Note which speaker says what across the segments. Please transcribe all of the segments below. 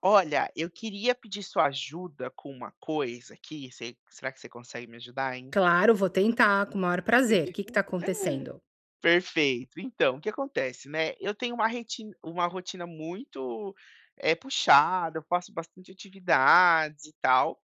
Speaker 1: Olha, eu queria pedir sua ajuda com uma coisa aqui, você será que você consegue me ajudar, hein?
Speaker 2: Claro, vou tentar com o maior prazer. O que que tá acontecendo?
Speaker 1: Perfeito. Então, o que acontece, né, eu tenho uma rotina muito, puxada, eu faço bastante atividades e tal.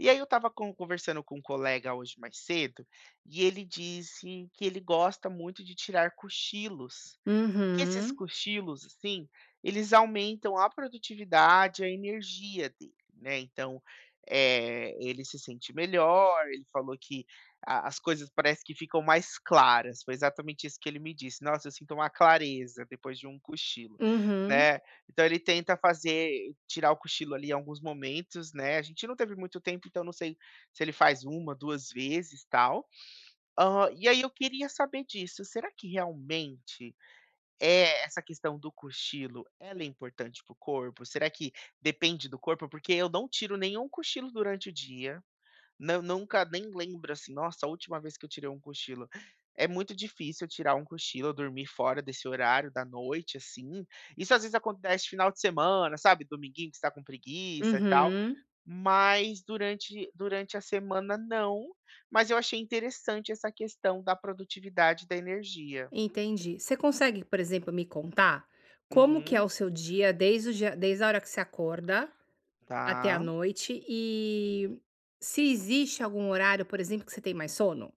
Speaker 1: E aí eu estava conversando com um colega hoje mais cedo, e ele disse que ele gosta muito de tirar cochilos, e que esses
Speaker 2: Uhum,
Speaker 1: cochilos, assim, eles aumentam a produtividade, a energia dele, né. Então, ele se sente melhor, ele falou que a as coisas parece que ficam mais claras, foi exatamente isso que ele me disse: "Nossa, eu sinto uma clareza depois de um cochilo",
Speaker 2: uhum,
Speaker 1: né. Então ele tenta fazer tirar o cochilo ali em alguns momentos, né, a gente não teve muito tempo, então não sei se ele faz uma, 2 vezes, tal. Ah, e aí eu queria saber disso, será que realmente é essa questão do cochilo, ela é importante para o corpo? Será que depende do corpo? Porque eu não tiro nenhum cochilo durante o dia, não, nunca nem lembro, assim, nossa, a última vez que eu tirei um cochilo. É muito difícil tirar um cochilo, dormir fora desse horário da noite, assim. Isso às vezes acontece final de semana, sabe? Dominguinho que está com preguiça e tal.
Speaker 2: uhum.
Speaker 1: Mas durante a semana, não. Mas eu achei interessante essa questão da produtividade e da energia.
Speaker 2: Entendi. Você consegue, por exemplo, me contar como que é
Speaker 1: Uhum,
Speaker 2: o seu dia desde a hora que você acorda até a
Speaker 1: tá.
Speaker 2: noite e se existe algum horário, por exemplo, que você tem mais sono?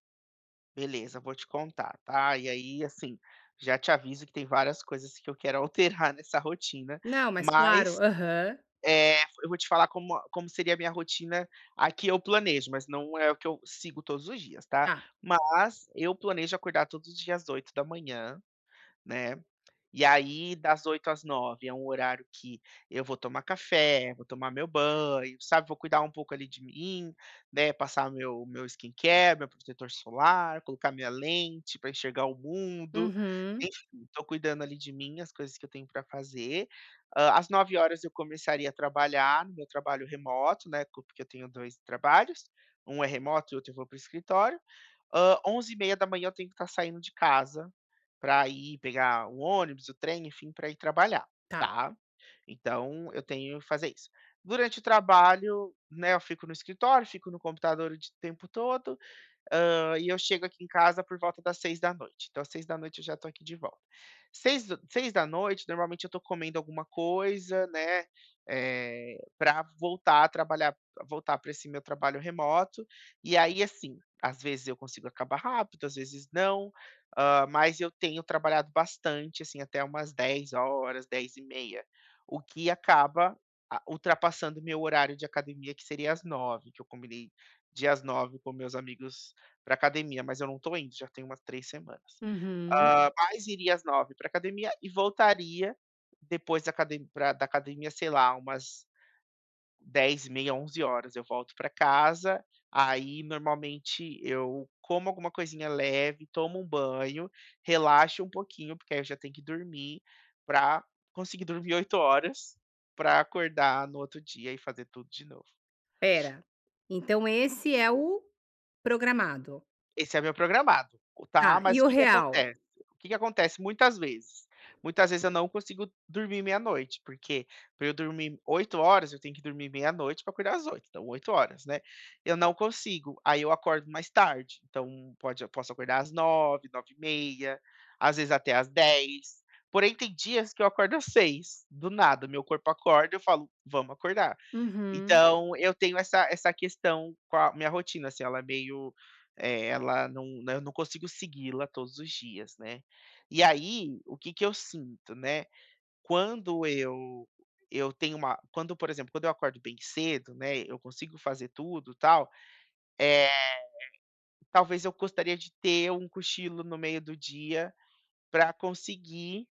Speaker 1: Beleza, vou te contar, tá? E aí, assim, já te aviso que tem várias coisas que eu quero alterar nessa rotina,
Speaker 2: Não, mas claro.
Speaker 1: mas
Speaker 2: Aham.
Speaker 1: é, eu vou te falar como seria a minha rotina. Aqui eu planejo, mas não é o que eu sigo todos os dias, tá.
Speaker 2: Tá.
Speaker 1: Mas eu planejo acordar todos os dias às 8 da manhã, né. E aí, das 8 às 9 é um horário que eu vou tomar café, vou tomar meu banho, sabe, vou cuidar um pouco ali de mim, né, passar meu skincare, meu protetor solar, colocar minha lente para enxergar o mundo.
Speaker 2: Uhum.
Speaker 1: Enfim, tô cuidando ali de mim, as coisas que eu tenho para fazer. Às 9 horas eu começaria a trabalhar no meu trabalho remoto, né, co porque eu tenho 2 trabalhos, um é remoto e outro eu vou para o escritório. Ah, 11:30 da manhã eu tenho que estar saindo de casa para ir pegar o ônibus, o trem, enfim, para ir trabalhar,
Speaker 2: Tá.
Speaker 1: tá. Então eu tenho que fazer isso. Durante o trabalho, né, eu fico no escritório, fico no computador o di tempo todo. E eu chego aqui em casa por volta das 6 da noite. Então às 6 da noite eu já tô aqui de volta. Seis da noite, normalmente eu tô comendo alguma coisa, né, pra voltar a trabalhar voltar para esse meu trabalho remoto. E aí, assim, às vezes eu consigo acabar rápido, às vezes não. Mas eu tenho trabalhado bastante, assim, até umas 10 horas, 10:30, o que acaba a ultrapassando meu horário de academia, que seria às 9, que eu combinei de ir às com meus amigos para academia, mas eu não tô indo, já tem umas 3 semanas.
Speaker 2: Uhum.
Speaker 1: Mas iria às 9 para academia e voltaria depois da academ da academia, sei lá, umas 10:30, 11 horas. Eu volto para casa, aí normalmente eu como alguma coisinha leve, tomo um banho, relaxo um pouquinho, porque aí eu já tenho que dormir para conseguir dormir 8 horas, para acordar no outro dia e fazer tudo de novo.
Speaker 2: Pera. Então esse é o programado.
Speaker 1: Esse é meu programado, tá,
Speaker 2: Tá,
Speaker 1: mas
Speaker 2: e
Speaker 1: o
Speaker 2: o
Speaker 1: que que
Speaker 2: real?
Speaker 1: acontece? O que que acontece muitas vezes? Muitas vezes eu não consigo dormir meia-noite, porque para eu dormir 8 horas, eu tenho que dormir meia-noite para acordar às 8, então 8 horas, né. Eu não consigo, aí eu acordo mais tarde, então pode eu posso acordar às 9, 9:30, às vezes até às 10. Porém tem dias que eu acordo às 6, do nada, meu corpo acorda, eu falo: "Vamos acordar".
Speaker 2: Uhum.
Speaker 1: Então, eu tenho essa questão com a minha rotina, assim, ela é meio, ela não né, eu não consigo segui-la todos os dias, né. E aí, o que que eu sinto, né, quando eu tenho uma quando, por exemplo, quando eu acordo bem cedo, né, eu consigo fazer tudo, tal. É, talvez eu gostaria de ter um cochilo no meio do dia para conseguir,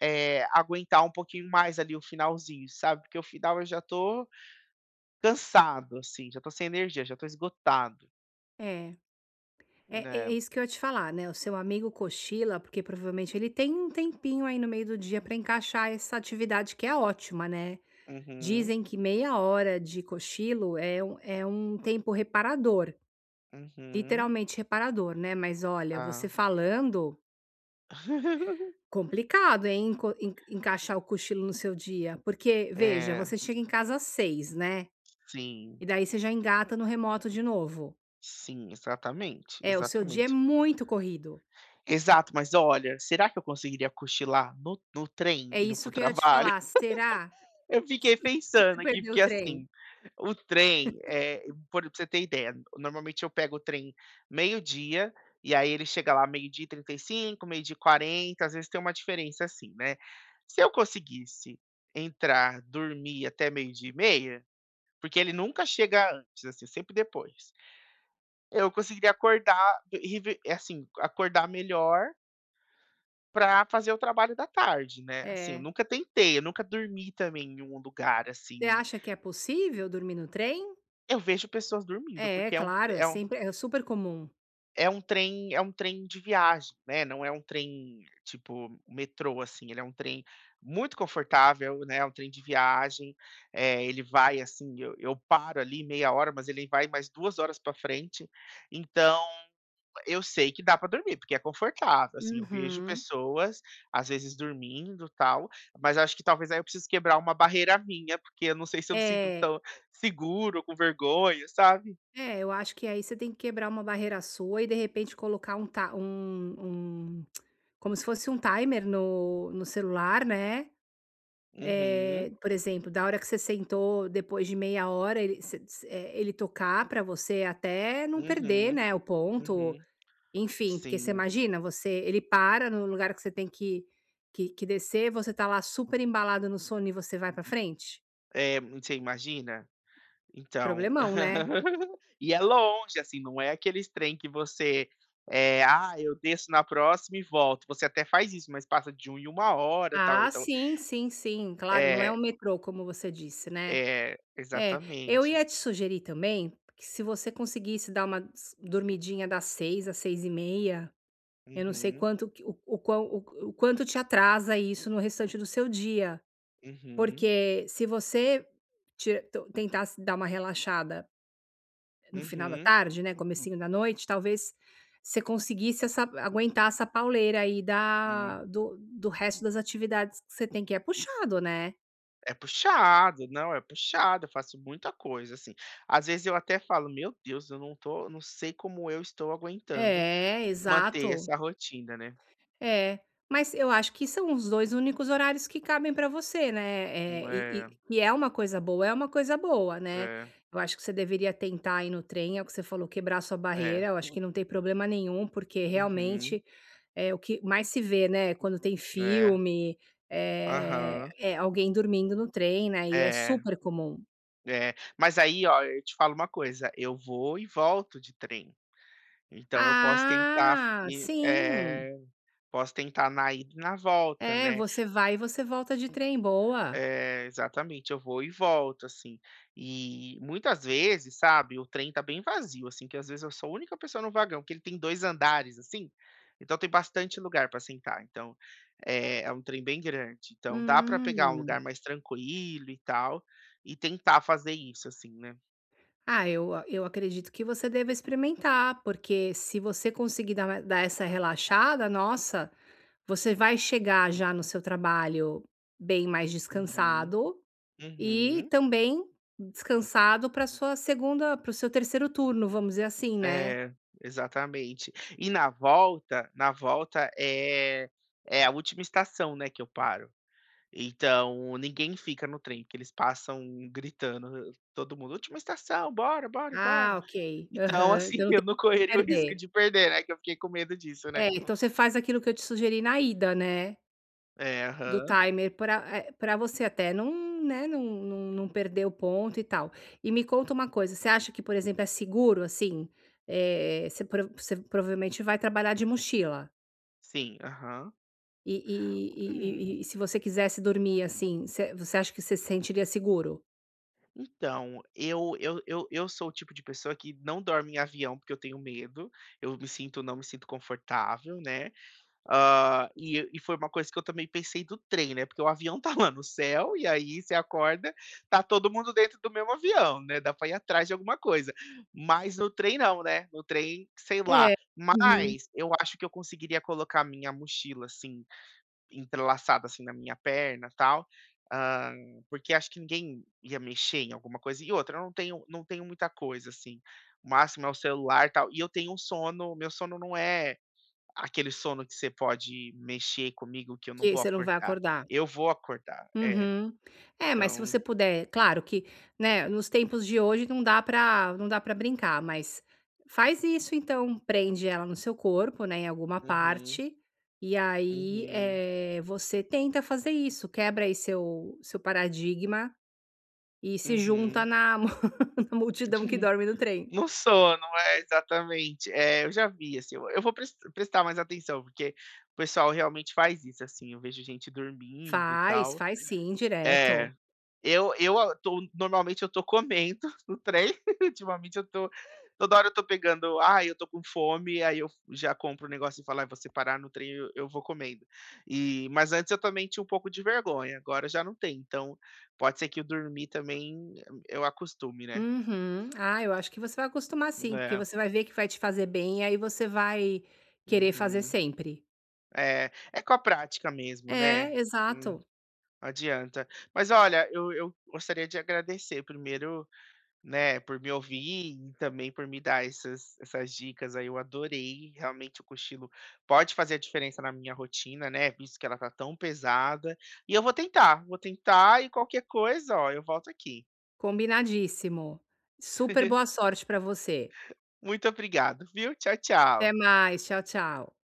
Speaker 1: aguentar um pouquinho mais ali o finalzinho, sabe, porque o final eu já tô cansado, assim, já tô sem energia, já tô esgotado.
Speaker 2: É. É, é
Speaker 1: É.
Speaker 2: isso que eu ia te falar, né? O seu amigo cochila, porque provavelmente ele tem um tempinho aí no meio do dia para encaixar essa atividade que é ótima, né?
Speaker 1: Uhum,
Speaker 2: Dizem que meia hora de cochilo é um tempo reparador,
Speaker 1: uhum.
Speaker 2: literalmente reparador, né? Mas olha,
Speaker 1: Tá.
Speaker 2: você falando, complicado, hein? Encaixar o cochilo no seu dia. Porque, veja,
Speaker 1: É,
Speaker 2: você chega em casa às seis, né?
Speaker 1: sim,
Speaker 2: E daí você já engata no remoto de novo.
Speaker 1: sim, exatamente,
Speaker 2: É, o seu dia é
Speaker 1: exatamente.
Speaker 2: muito corrido.
Speaker 1: Exato, mas olha, será que eu conseguiria cochilar no trem
Speaker 2: É
Speaker 1: indo para
Speaker 2: isso
Speaker 1: o
Speaker 2: que eu ia te
Speaker 1: trabalho?
Speaker 2: falar. Será…
Speaker 1: Eu fiquei pensando
Speaker 2: Você
Speaker 1: aqui,
Speaker 2: perdeu o
Speaker 1: porque
Speaker 2: trem.
Speaker 1: assim, o trem, por pra você ter ideia, normalmente eu pego o trem meio-dia, e aí ele chega lá 12:35, meio-dia e 40, às vezes tem uma diferença assim, né. Se eu conseguisse entrar, dormir até 12:30. Porque ele nunca chega antes, assim, sempre depois. Eu conseguiria acordar e ve assim, acordar melhor para fazer o trabalho da tarde, né, assim, eu
Speaker 2: É.
Speaker 1: nunca tentei, eu nunca dormi também em um lugar,
Speaker 2: Você
Speaker 1: assim.
Speaker 2: acha que é possível dormir no trem?
Speaker 1: Eu vejo pessoas dormindo,
Speaker 2: É,
Speaker 1: porque
Speaker 2: claro, é sempre é super comum.
Speaker 1: é um trem de viagem, né, não é um trem tipo metrô, assim, ele é um trem muito confortável, né, é um trem de viagem. Ele vai, assim, eu paro ali meia hora, mas ele vai mais 2 horas para frente. Então, eu sei que dá pra dormir, porque é confortável, assim, eu vejo
Speaker 2: Uhum.
Speaker 1: pessoas, às vezes, dormindo, tal, mas acho que talvez aí eu preciso quebrar uma barreira minha, porque eu não sei se eu me sinto
Speaker 2: É,
Speaker 1: tão seguro, com vergonha, sabe.
Speaker 2: é, eu acho que aí você tem que quebrar uma barreira sua e de repente colocar um ta um um como se fosse um timer no celular, né.
Speaker 1: Uhum,
Speaker 2: É, por exemplo, da hora que você sentou, depois de meia hora ele você você ele tocar para você até não perder,
Speaker 1: uhum,
Speaker 2: né, o ponto.
Speaker 1: uhum.
Speaker 2: Enfim, porque você
Speaker 1: Sim.
Speaker 2: imagina, você ele para no lugar que você tem que descer, você tá lá super embalado no sono e você vai pra frente?
Speaker 1: É, você imagina? Então.
Speaker 2: Problemão, né?
Speaker 1: E é longe, assim, não é aqueles trem que você, "Ah, eu desço na próxima e volto", você até faz isso, mas passa de um em uma hora, tal,
Speaker 2: Ah,
Speaker 1: então
Speaker 2: sim, sim, sim, claro, não é
Speaker 1: é,
Speaker 2: um metrô, como você disse, né.
Speaker 1: é,
Speaker 2: É, eu
Speaker 1: exatamente.
Speaker 2: ia te sugerir também, que se você conseguisse dar uma s dormidinha das seis às seis e meia, eu não sei
Speaker 1: Uhum,
Speaker 2: quanto que o quão o quanto te atrasa isso no restante do seu dia,
Speaker 1: uhum,
Speaker 2: porque se você ti to tentasse dar uma relaxada no final da
Speaker 1: uhum,
Speaker 2: tarde, né, comecinho da noite, talvez você conseguisse essa aguentar essa pauleira aí
Speaker 1: hum.
Speaker 2: da do do resto das atividades que você tem, que é puxado, né.
Speaker 1: É puxado, não, é puxado, eu faço muita coisa, assim. Às vezes eu até falo: "Meu Deus, eu não tô não sei como eu estou aguentando
Speaker 2: É,
Speaker 1: manter
Speaker 2: exato.
Speaker 1: essa rotina", né.
Speaker 2: É, mas eu acho que são os 2 únicos horários que cabem para você, né,
Speaker 1: É,
Speaker 2: e é uma coisa boa, é uma coisa boa, né.
Speaker 1: é,
Speaker 2: Eu acho que você deveria tentar ir no trem, é o que você falou, quebrar sua
Speaker 1: é.
Speaker 2: barreira, eu acho que não tem problema nenhum, porque
Speaker 1: Uhum.
Speaker 2: realmente é o que mais se vê, né, quando tem
Speaker 1: É.
Speaker 2: filme,
Speaker 1: Aham.
Speaker 2: é alguém dormindo no trem, né, e é
Speaker 1: É,
Speaker 2: super comum.
Speaker 1: é. Mas aí, ó, eu te falo uma coisa, eu vou e volto de trem, então eu posso tentar
Speaker 2: Ah,
Speaker 1: e
Speaker 2: sim.
Speaker 1: é, posso tentar na ida e na volta,
Speaker 2: É,
Speaker 1: né.
Speaker 2: você vai e você volta de trem, boa.
Speaker 1: É, exatamente, eu vou e volto, assim. E muitas vezes, sabe, o trem tá bem vazio, assim, que às vezes eu sou a única pessoa no vagão, que ele tem 2 andares, assim, então tem bastante lugar para sentar. Então, é é um trem bem grande, então dá para pegar um
Speaker 2: Hum.
Speaker 1: lugar mais tranquilo e tal, e tentar fazer isso, assim, né.
Speaker 2: Ah, eu acredito que você deva experimentar, porque se você conseguir dar essa relaxada, nossa, você vai chegar já no seu trabalho bem mais
Speaker 1: Uhum,
Speaker 2: descansado e
Speaker 1: uhum.
Speaker 2: também descansado para sua segunda para o seu terceiro turno, vamos dizer assim, né.
Speaker 1: É, exatamente. E na volta, é é a última estação, né, que eu paro. Então, ninguém fica no trem, porque eles passam gritando, todo mundo: "Última estação, bora, bora,
Speaker 2: Ah,
Speaker 1: bora".
Speaker 2: ok.
Speaker 1: Então,
Speaker 2: Aham.
Speaker 1: assim,
Speaker 2: Então não tem
Speaker 1: eu não
Speaker 2: o que você
Speaker 1: correria o risco
Speaker 2: perder.
Speaker 1: de perder, né, que eu fiquei com medo disso, né.
Speaker 2: É, então você faz aquilo que eu te sugeri na ida, né.
Speaker 1: É,
Speaker 2: Do
Speaker 1: aham.
Speaker 2: timer para você até não, né, não perder o ponto e tal. E me conta uma coisa, você acha que, por exemplo, é seguro, assim, você provavelmente vai trabalhar de mochila,
Speaker 1: Sim, aham.
Speaker 2: e
Speaker 1: Hum,
Speaker 2: se você quisesse dormir, assim, você acha que você se sentiria seguro?
Speaker 1: então, eu sou o tipo de pessoa que não dorme em avião, porque eu tenho medo, eu me sinto não me sinto confortável, né. Ah, e foi uma coisa que eu também pensei do trem, né, porque o avião tá lá no céu, e aí você acorda, tá todo mundo dentro do mesmo avião, né, dá pra ir atrás de alguma coisa. Mas no trem não, né, no trem, sei lá.
Speaker 2: É. Uhum.
Speaker 1: Mas eu acho que eu conseguiria colocar minha mochila, assim, entrelaçada, assim, na minha perna, tal, hã, porque acho que ninguém ia mexer em alguma coisa. E outra, eu não tenho não tenho muita coisa, assim, o máximo é o celular, e tal, e eu tenho um sono meu sono não é aquele sono que você pode mexer comigo que eu não
Speaker 2: Que
Speaker 1: vou
Speaker 2: você não vai
Speaker 1: acordar.
Speaker 2: acordar.
Speaker 1: Eu vou acordar, é,
Speaker 2: Uhum. É, mas se
Speaker 1: então
Speaker 2: você puder claro que, né, nos tempos de hoje não dá para brincar, mas faz isso então, prende ela no seu corpo, né, em alguma
Speaker 1: uhum,
Speaker 2: parte, e aí,
Speaker 1: uhum,
Speaker 2: é, você tenta fazer isso, quebra aí seu paradigma e se junta
Speaker 1: uhum.
Speaker 2: na mu na multidão que dorme no trem.
Speaker 1: No sono, é, exatamente. É, eu já vi, assim, eu vou prestar mais atenção, porque o pessoal realmente faz isso, assim, eu vejo gente dormindo, e
Speaker 2: Faz,
Speaker 1: tal.
Speaker 2: faz sim, direto.
Speaker 1: É. Eu tô, normalmente eu tô comendo no trem. Ultimamente eu tô. Toda hora eu tô pegando, ah, eu tô com fome, aí eu já compro um negócio e falo, ah, você parar no trem, eu vou comendo. E, mas antes eu também tinha um pouco de vergonha, agora já não tem. Então, pode ser que eu dormir também eu acostume, né?
Speaker 2: Uhum. Ah, eu acho que você vai acostumar sim, porque
Speaker 1: É,
Speaker 2: você vai ver que vai te fazer bem e aí você vai querer fazer
Speaker 1: uhum.
Speaker 2: sempre.
Speaker 1: É, é com a prática mesmo, né?
Speaker 2: É,
Speaker 1: Hum,
Speaker 2: exato.
Speaker 1: não adianta. Mas olha, eu gostaria de agradecer primeiro, né, por me ouvir e também por me dar essas dicas aí, eu adorei, realmente o cochilo pode fazer a diferença na minha rotina, né, visto que ela tá tão pesada, e eu vou tentar e qualquer coisa, ó, eu volto aqui.
Speaker 2: Combinadíssimo. Super boa sorte para você.
Speaker 1: Muito obrigado, viu. Tchau,
Speaker 2: Até
Speaker 1: tchau.
Speaker 2: mais. Tchau, tchau.